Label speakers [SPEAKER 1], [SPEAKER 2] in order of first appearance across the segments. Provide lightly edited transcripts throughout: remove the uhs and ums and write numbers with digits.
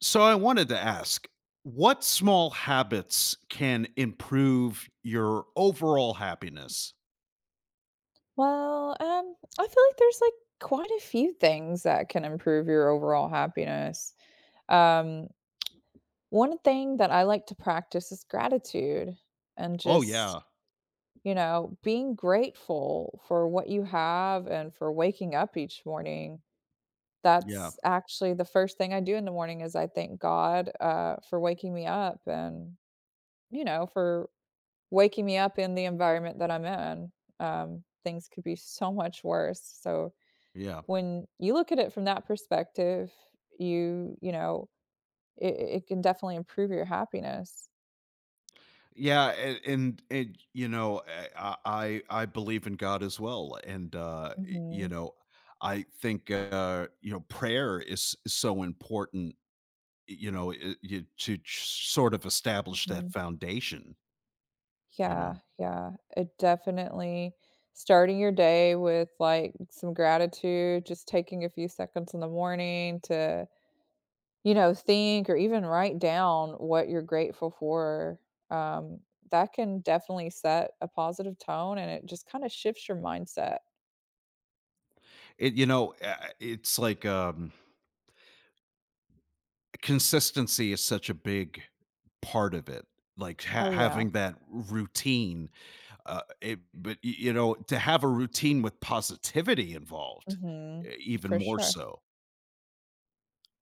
[SPEAKER 1] So I wanted to ask, what small habits can improve your overall happiness?
[SPEAKER 2] I feel like there's quite a few things that can improve your overall happiness. Um, One thing that I like to practice is gratitude and
[SPEAKER 1] Oh yeah,
[SPEAKER 2] you know, being grateful for what you have and for waking up each morning.
[SPEAKER 1] yeah,
[SPEAKER 2] That's actually the first thing I do in the morning is I thank God for waking me up and, you know, for waking me up in the environment that I'm in. Things could be so much worse. So,
[SPEAKER 1] yeah,
[SPEAKER 2] when you look at it from that perspective, you know, it can definitely improve your happiness.
[SPEAKER 1] yeah, and you know, I believe in God as well, and you
[SPEAKER 2] Mhm,
[SPEAKER 1] know, I think you know, prayer is so important. You know, you, sort of establish that
[SPEAKER 2] mhm.
[SPEAKER 1] foundation. You know,
[SPEAKER 2] Yeah, yeah, it definitely starting your day with, like, some gratitude, just taking a few seconds in the morning to, you know, think or even write down what you're grateful for, um, that can definitely set a positive tone, and it just kinda shifts your mindset.
[SPEAKER 1] it. You know, it's like consistency is such a big part of it like
[SPEAKER 2] Oh, yeah.
[SPEAKER 1] having that routine but you know, to have a routine with positivity involved
[SPEAKER 2] Mhm.
[SPEAKER 1] even
[SPEAKER 2] For
[SPEAKER 1] more
[SPEAKER 2] sure.
[SPEAKER 1] so,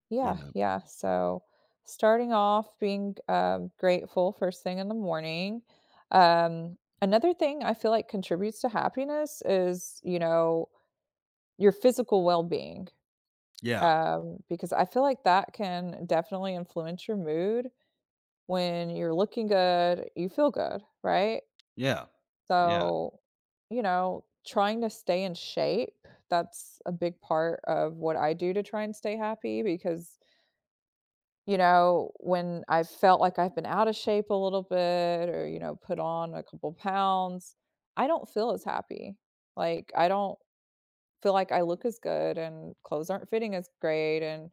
[SPEAKER 2] Yeah,
[SPEAKER 1] you know.
[SPEAKER 2] yeah. So starting off being grateful first thing in the morning. Another thing I feel like contributes to happiness is, you know, your physical well being,
[SPEAKER 1] Yeah,
[SPEAKER 2] because I feel like that can definitely influence your mood. When you're looking good, you feel good, right?
[SPEAKER 1] yeah, yeah,
[SPEAKER 2] So, you know, trying to stay in shape, that's a big part of what I do to try and stay happy because you know, when I've felt like I've been out of shape a little bit or, you know, put on a couple pounds, I don't feel as happy. Like, I don't feel like I look as good and clothes aren't fitting as great. And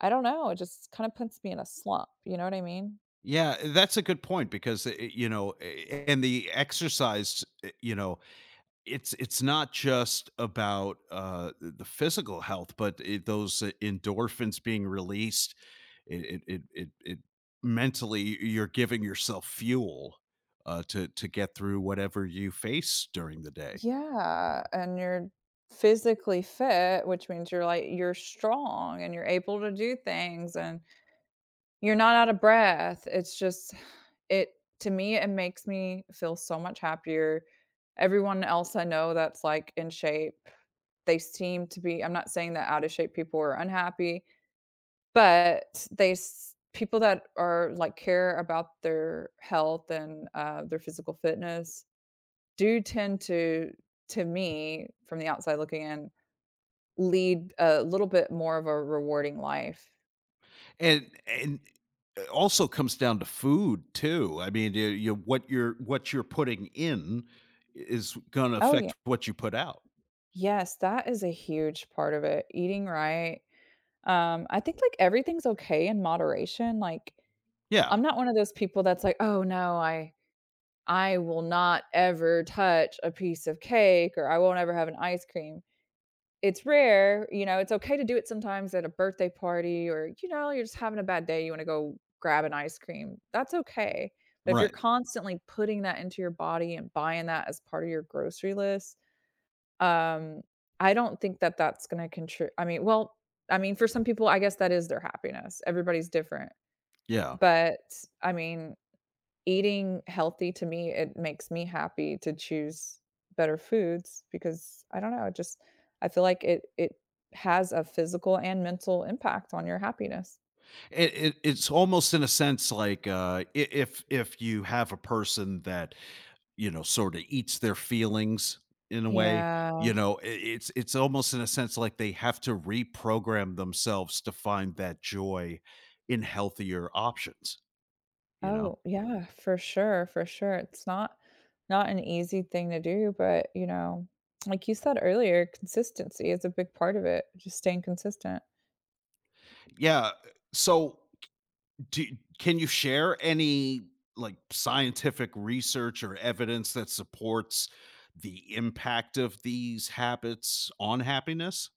[SPEAKER 2] I don't know, it just kind of puts me in a slump. You know what I mean?
[SPEAKER 1] yeah, that's a good point because you know, and the exercise, you know, it's not just about the physical health, those endorphins being released. It mentally, you're giving yourself fuel to get through whatever you face during the day.
[SPEAKER 2] Yeah. And you're physically fit, which means you're like, you're strong and you're able to do things. And you're not out of breath. It's just it to me, it makes me feel so much happier. Everyone else I know that's, like, in shape, they seem to be I'm not saying that out of shape people are unhappy, but they s people that are, like, care about their health and, their physical fitness do tend to me, from the outside looking in, lead a little bit more of a rewarding life.
[SPEAKER 1] And it also comes down to food too. I mean, you, what you're putting in is gonna
[SPEAKER 2] Oh, yeah.
[SPEAKER 1] affect what you put out.
[SPEAKER 2] Yes, that is a huge part of it. Eating right. I think like everything's okay in moderation. Like
[SPEAKER 1] Yeah,
[SPEAKER 2] I'm not one of those people that's like, oh no, I will not ever touch a piece of cake or I won't ever have an ice cream. It's rare, you know, it's okay to do it sometimes at a birthday party or, you know, you're just having a bad day, you want to go grab an ice cream. That's okay. But if you're
[SPEAKER 1] right.
[SPEAKER 2] constantly putting that into your body and buying that as part of your grocery list, um, I don't think that that's gonna contribute. I mean, well, I mean, for some people, I guess that is their happiness. Everybody's different.
[SPEAKER 1] Yeah.
[SPEAKER 2] But, I mean, eating healthy to me, it makes me happy to choose better foods because I don't know, it just I feel like it has a physical and mental impact on your happiness.
[SPEAKER 1] It's almost in a sense like, I if you have a person that, you know, sorta eats their feelings in a way,
[SPEAKER 2] Yeah.
[SPEAKER 1] you know, I it's, almost in a sense like they have to reprogram themselves to find that joy in healthier options, you know?
[SPEAKER 2] Oh, yeah, for sure, for sure. It's not not an easy thing to do, but, you know, like you said earlier, consistency is a big part of it, just staying consistent.
[SPEAKER 1] Yeah, so do can you share any, like, scientific research or evidence that supports the impact of these habits on happiness?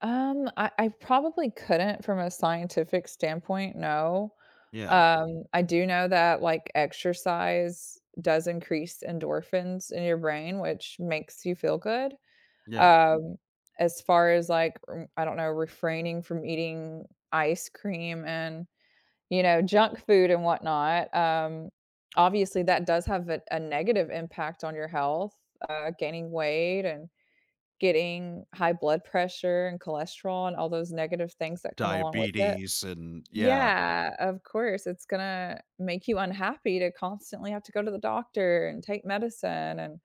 [SPEAKER 2] I probably couldn't from a scientific standpoint, no.
[SPEAKER 1] Yeah,
[SPEAKER 2] I do know that, like, exercise does increase endorphins in your brain, which makes you feel good.
[SPEAKER 1] yeah,
[SPEAKER 2] Um, as far as, like, r I don't know, refraining from eating ice cream and you know, junk food and whatnot, obviously that does have a negative impact on your health, gaining weight and getting high blood pressure and cholesterol and all those negative things that come along with it.
[SPEAKER 1] diabetes and yeah.
[SPEAKER 2] Yeah, of course, it's gonna make you unhappy to constantly have to go to the doctor and take medicine, and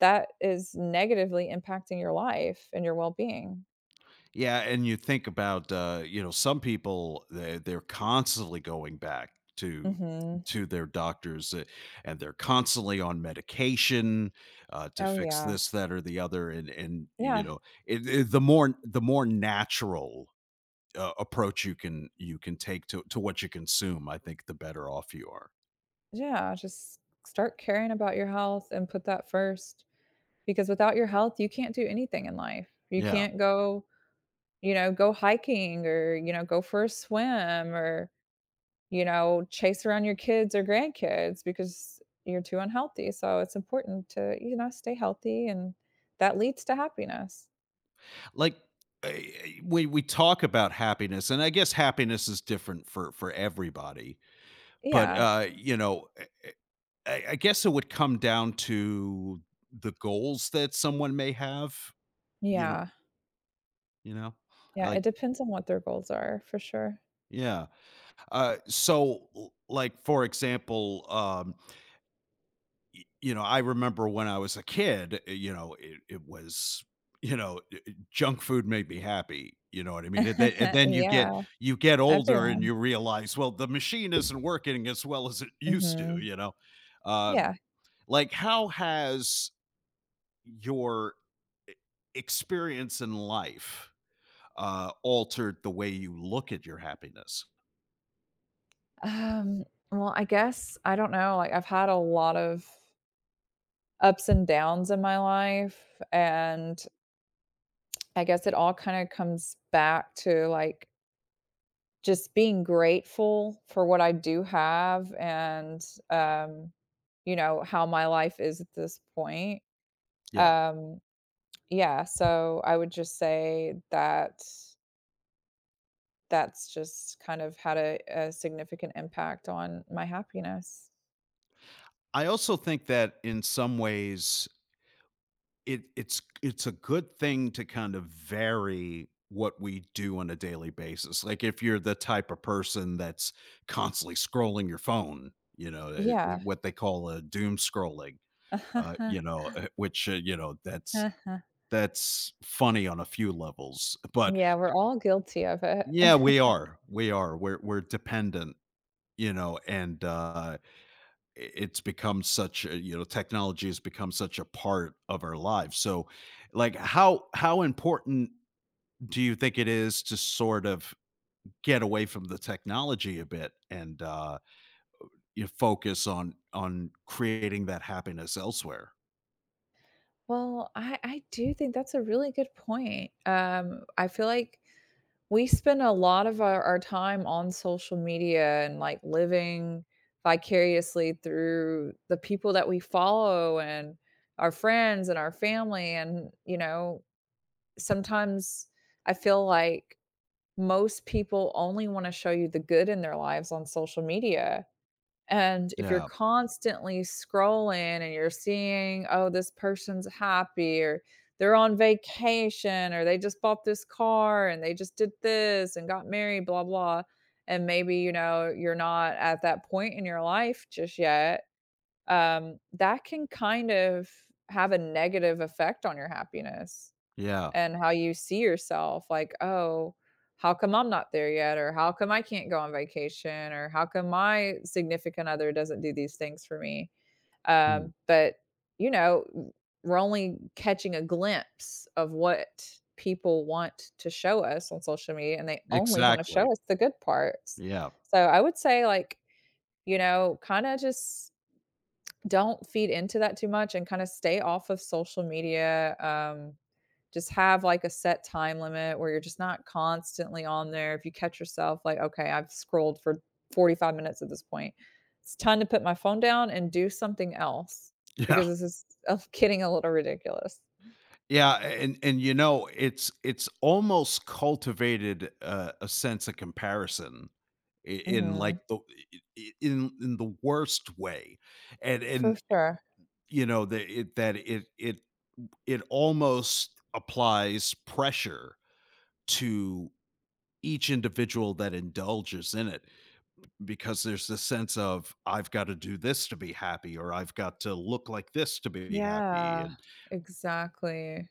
[SPEAKER 2] that is negatively impacting your life and your well-being.
[SPEAKER 1] Yeah, and you think about, you know, some people they're constantly going back to
[SPEAKER 2] Mhm.
[SPEAKER 1] their doctors, and they're constantly on medication, to
[SPEAKER 2] Oh,
[SPEAKER 1] fix
[SPEAKER 2] yeah.
[SPEAKER 1] this, that, or the other, and you
[SPEAKER 2] Yeah.
[SPEAKER 1] know, it, the more natural approach you can, take to what you consume, I think the better off you are.
[SPEAKER 2] Yeah, just start caring about your health and put that first because without your health, you can't do anything in life. You
[SPEAKER 1] Yeah,
[SPEAKER 2] can't go, you know, go hiking or, you know, go for a swim or, you know, chase around your kids or grandkids because you're too unhealthy. So it's important to, you know, stay healthy and that leads to happiness.
[SPEAKER 1] like uh, we talk about happiness, and I guess happiness is different for everybody, but
[SPEAKER 2] Yeah.
[SPEAKER 1] you know, I guess it would come down to the goals that someone may have, you know,
[SPEAKER 2] Yeah.
[SPEAKER 1] you know?
[SPEAKER 2] Yeah. It
[SPEAKER 1] Like
[SPEAKER 2] depends on what their goals are for sure.
[SPEAKER 1] yeah. So, l like, for example, y you know, I remember when I was a kid, you know, it was, you know, junk food made me happy, you know what I mean? And then you
[SPEAKER 2] yeah.
[SPEAKER 1] get, you get older and you
[SPEAKER 2] Everyone.
[SPEAKER 1] realize, well, the machine isn't working as well as it used to,
[SPEAKER 2] Hmm.
[SPEAKER 1] you know? Um,
[SPEAKER 2] Yeah.
[SPEAKER 1] like, how has your e experience in life altered the way you look at your happiness?
[SPEAKER 2] Um, well, I guess I don't know, like, I've had a lot of ups and downs in my life, and I guess it all kinda comes back to, like, just being grateful for what I do have and, um, you know, how my life is at this point.
[SPEAKER 1] Yeah.
[SPEAKER 2] Um, yeah, so I would just say that that's just kind of had a significant impact on my happiness.
[SPEAKER 1] I also think that in some ways, it's a good thing to kind of vary what we do on a daily basis. Like, if you're the type of person that's constantly scrolling your phone, you know,
[SPEAKER 2] Yeah.
[SPEAKER 1] what they call a doom scrolling, you know, which you know, that's funny on a few levels, but
[SPEAKER 2] Yeah, we're all guilty of it.
[SPEAKER 1] yeah, we are, we're dependent, you know, and it's become such a, you know, technology has become such a part of our lives. So like, how important do you think it is to sort of get away from the technology a bit, and you focus on creating that happiness elsewhere?
[SPEAKER 2] Well, I do think that's a really good point. I feel like we spend a lot of our time on social media and like living vicariously through the people that we follow and our friends and our family. And, you know, sometimes I feel like most people only want to show you the good in their lives on social media. And if you're
[SPEAKER 1] Yeah,
[SPEAKER 2] constantly scrolling and you're seeing, oh, this person's happy or they're on vacation or they just bought this car and they just did this and got married, blah, blah. And maybe, you know, you're not at that point in your life just yet. That can kind of have a negative effect on your happiness
[SPEAKER 1] yeah.
[SPEAKER 2] and how you see yourself like, "Oh, how come I'm not there yet?" or "How come I can't go on vacation?" or "How come my significant other doesn't do these things for me?"
[SPEAKER 1] Hmm.
[SPEAKER 2] But, you know, w we're only catching a glimpse of what people want to show us on social media, and they only wanna
[SPEAKER 1] Exactly,
[SPEAKER 2] show us the good parts.
[SPEAKER 1] yeah.
[SPEAKER 2] So, I would say, like, you know, kinda just don't feed into that too much and kinda stay off of social media, just have like a set time limit where you're just not constantly on there. If you catch yourself like, okay, I've scrolled for 45 minutes at this point, it's time to put my phone down and do something else
[SPEAKER 1] Yeah.
[SPEAKER 2] because this is getting a little ridiculous.
[SPEAKER 1] Yeah, and you know, it's, almost cultivated a sense of comparison, I- in like
[SPEAKER 2] Hmm.
[SPEAKER 1] the I- in the worst way,
[SPEAKER 2] For
[SPEAKER 1] and
[SPEAKER 2] sure.
[SPEAKER 1] you know, that it, it almost applies pressure to each individual that indulges in it, because there's this sense of I've got to do this to be happy, or I've got to look like this to be happy,
[SPEAKER 2] Yeah,
[SPEAKER 1] and
[SPEAKER 2] exactly.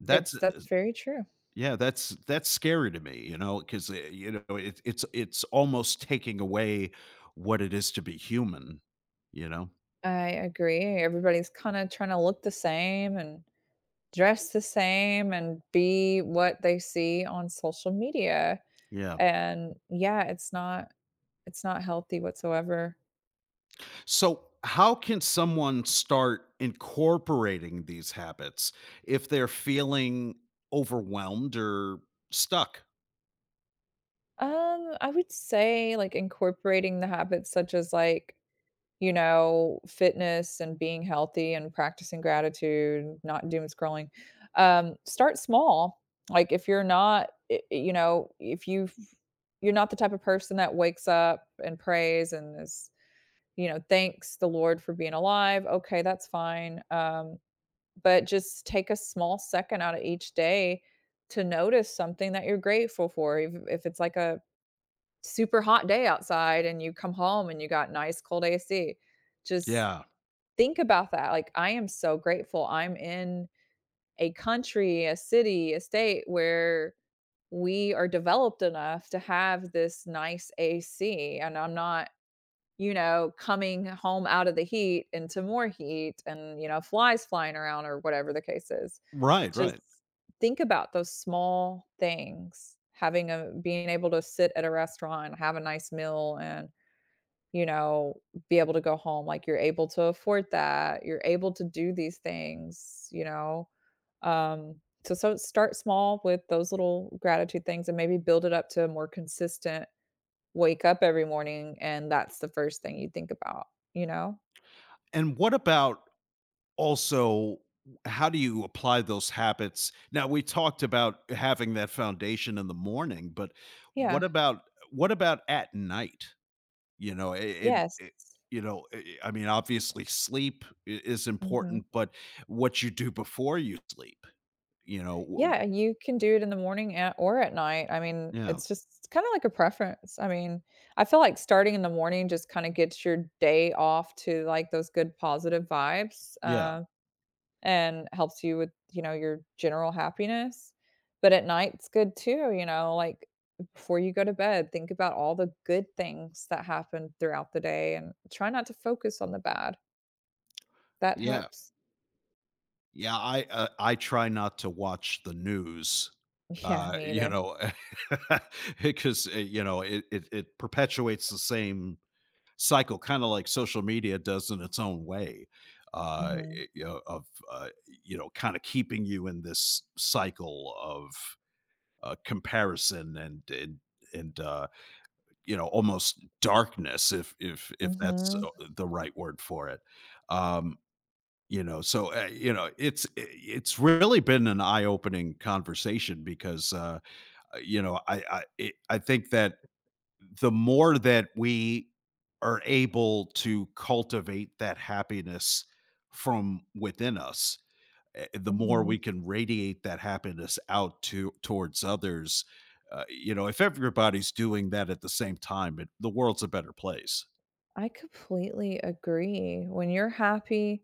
[SPEAKER 1] that's,
[SPEAKER 2] It's that's very true.
[SPEAKER 1] yeah, that's, scary to me, you know, because you know, it's it's almost taking away what it is to be human, you know?
[SPEAKER 2] I agree. Everybody's kind of trying to look the same and dress the same and be what they see on social media.
[SPEAKER 1] Yeah.
[SPEAKER 2] And yeah, it's not it's not healthy whatsoever.
[SPEAKER 1] So, how can someone start incorporating these habits if they're feeling overwhelmed or stuck?
[SPEAKER 2] I would say, like, incorporating the habits such as, like, you know, fitness and being healthy and practicing gratitude, not doom scrolling. Start small. Like, if you're not, you know, if you you're not the type of person that wakes up and prays and is, you know, thanks the Lord for being alive. Okay, that's fine. But just take a small second out of each day to notice something that you're grateful for. If it's like a super hot day outside and you come home and you got nice cold AC, just
[SPEAKER 1] Yeah.
[SPEAKER 2] think about that. Like, I am so grateful. I'm in a country, a city, a state where we are developed enough to have this nice AC. And I'm not, you know, coming home out of the heat into more heat and, you know, flies flying around or whatever the case is.
[SPEAKER 1] Right,
[SPEAKER 2] Just
[SPEAKER 1] right.
[SPEAKER 2] think about those small things, having a being able to sit at a restaurant, and have a nice meal, and, you know, be able to go home, like, you're able to afford that, you're able to do these things, you know? Um, so so start small with those little gratitude things and maybe build it up to a more consistent wake up every morning, and that's the first thing you think about, you know?
[SPEAKER 1] And what about, also, how do you apply those habits? Now, we talked about having that foundation in the morning, but what
[SPEAKER 2] Yeah.
[SPEAKER 1] about, at night? You know, and
[SPEAKER 2] Yes.
[SPEAKER 1] you know, I mean, obviously sleep is
[SPEAKER 2] Mhm.
[SPEAKER 1] important, but what you do before you sleep, you know,
[SPEAKER 2] Yeah, you can do it in the morning at or at night. I mean,
[SPEAKER 1] yeah,
[SPEAKER 2] it's just kind of like a preference. I mean, I feel like starting in the morning just kind of gets your day off to like those good positive vibes
[SPEAKER 1] yeah,
[SPEAKER 2] and helps you with, you know, your general happiness. But at night, it's good too, you know, like before you go to bed, think about all the good things that happened throughout the day and try not to focus on the bad. That
[SPEAKER 1] yeah,
[SPEAKER 2] helps.
[SPEAKER 1] yeah. I try not to watch the news,
[SPEAKER 2] Yeah, me
[SPEAKER 1] you
[SPEAKER 2] either.
[SPEAKER 1] know, because you know, it perpetuates the same cycle, kind of like social media does in its own way,
[SPEAKER 2] Hmm.
[SPEAKER 1] you know, of you know, kind of keeping you in this cycle of comparison, and you know, almost darkness, if, that's
[SPEAKER 2] Hmm.
[SPEAKER 1] the right word for it. Um, you know, so you know, it's really been an eye opening conversation because you know, I think that the more that we are able to cultivate that happiness from within us, the more
[SPEAKER 2] Hmm.
[SPEAKER 1] we can radiate that happiness out to towards others. You know, if everybody's doing that at the same time, it, the world's a better place.
[SPEAKER 2] I completely agree. When you're happy,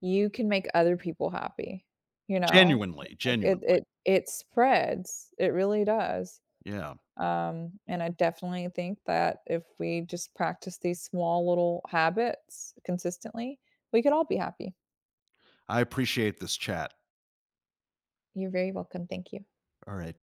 [SPEAKER 2] you can make other people happy, you know?
[SPEAKER 1] Genuinely,
[SPEAKER 2] Like it
[SPEAKER 1] genuinely.
[SPEAKER 2] it it spreads. It really does.
[SPEAKER 1] Yeah.
[SPEAKER 2] And I definitely think that if we just practice these small little habits consistently, we could all be happy.
[SPEAKER 1] I appreciate this chat.
[SPEAKER 2] You're very welcome. Thank you.
[SPEAKER 1] All right.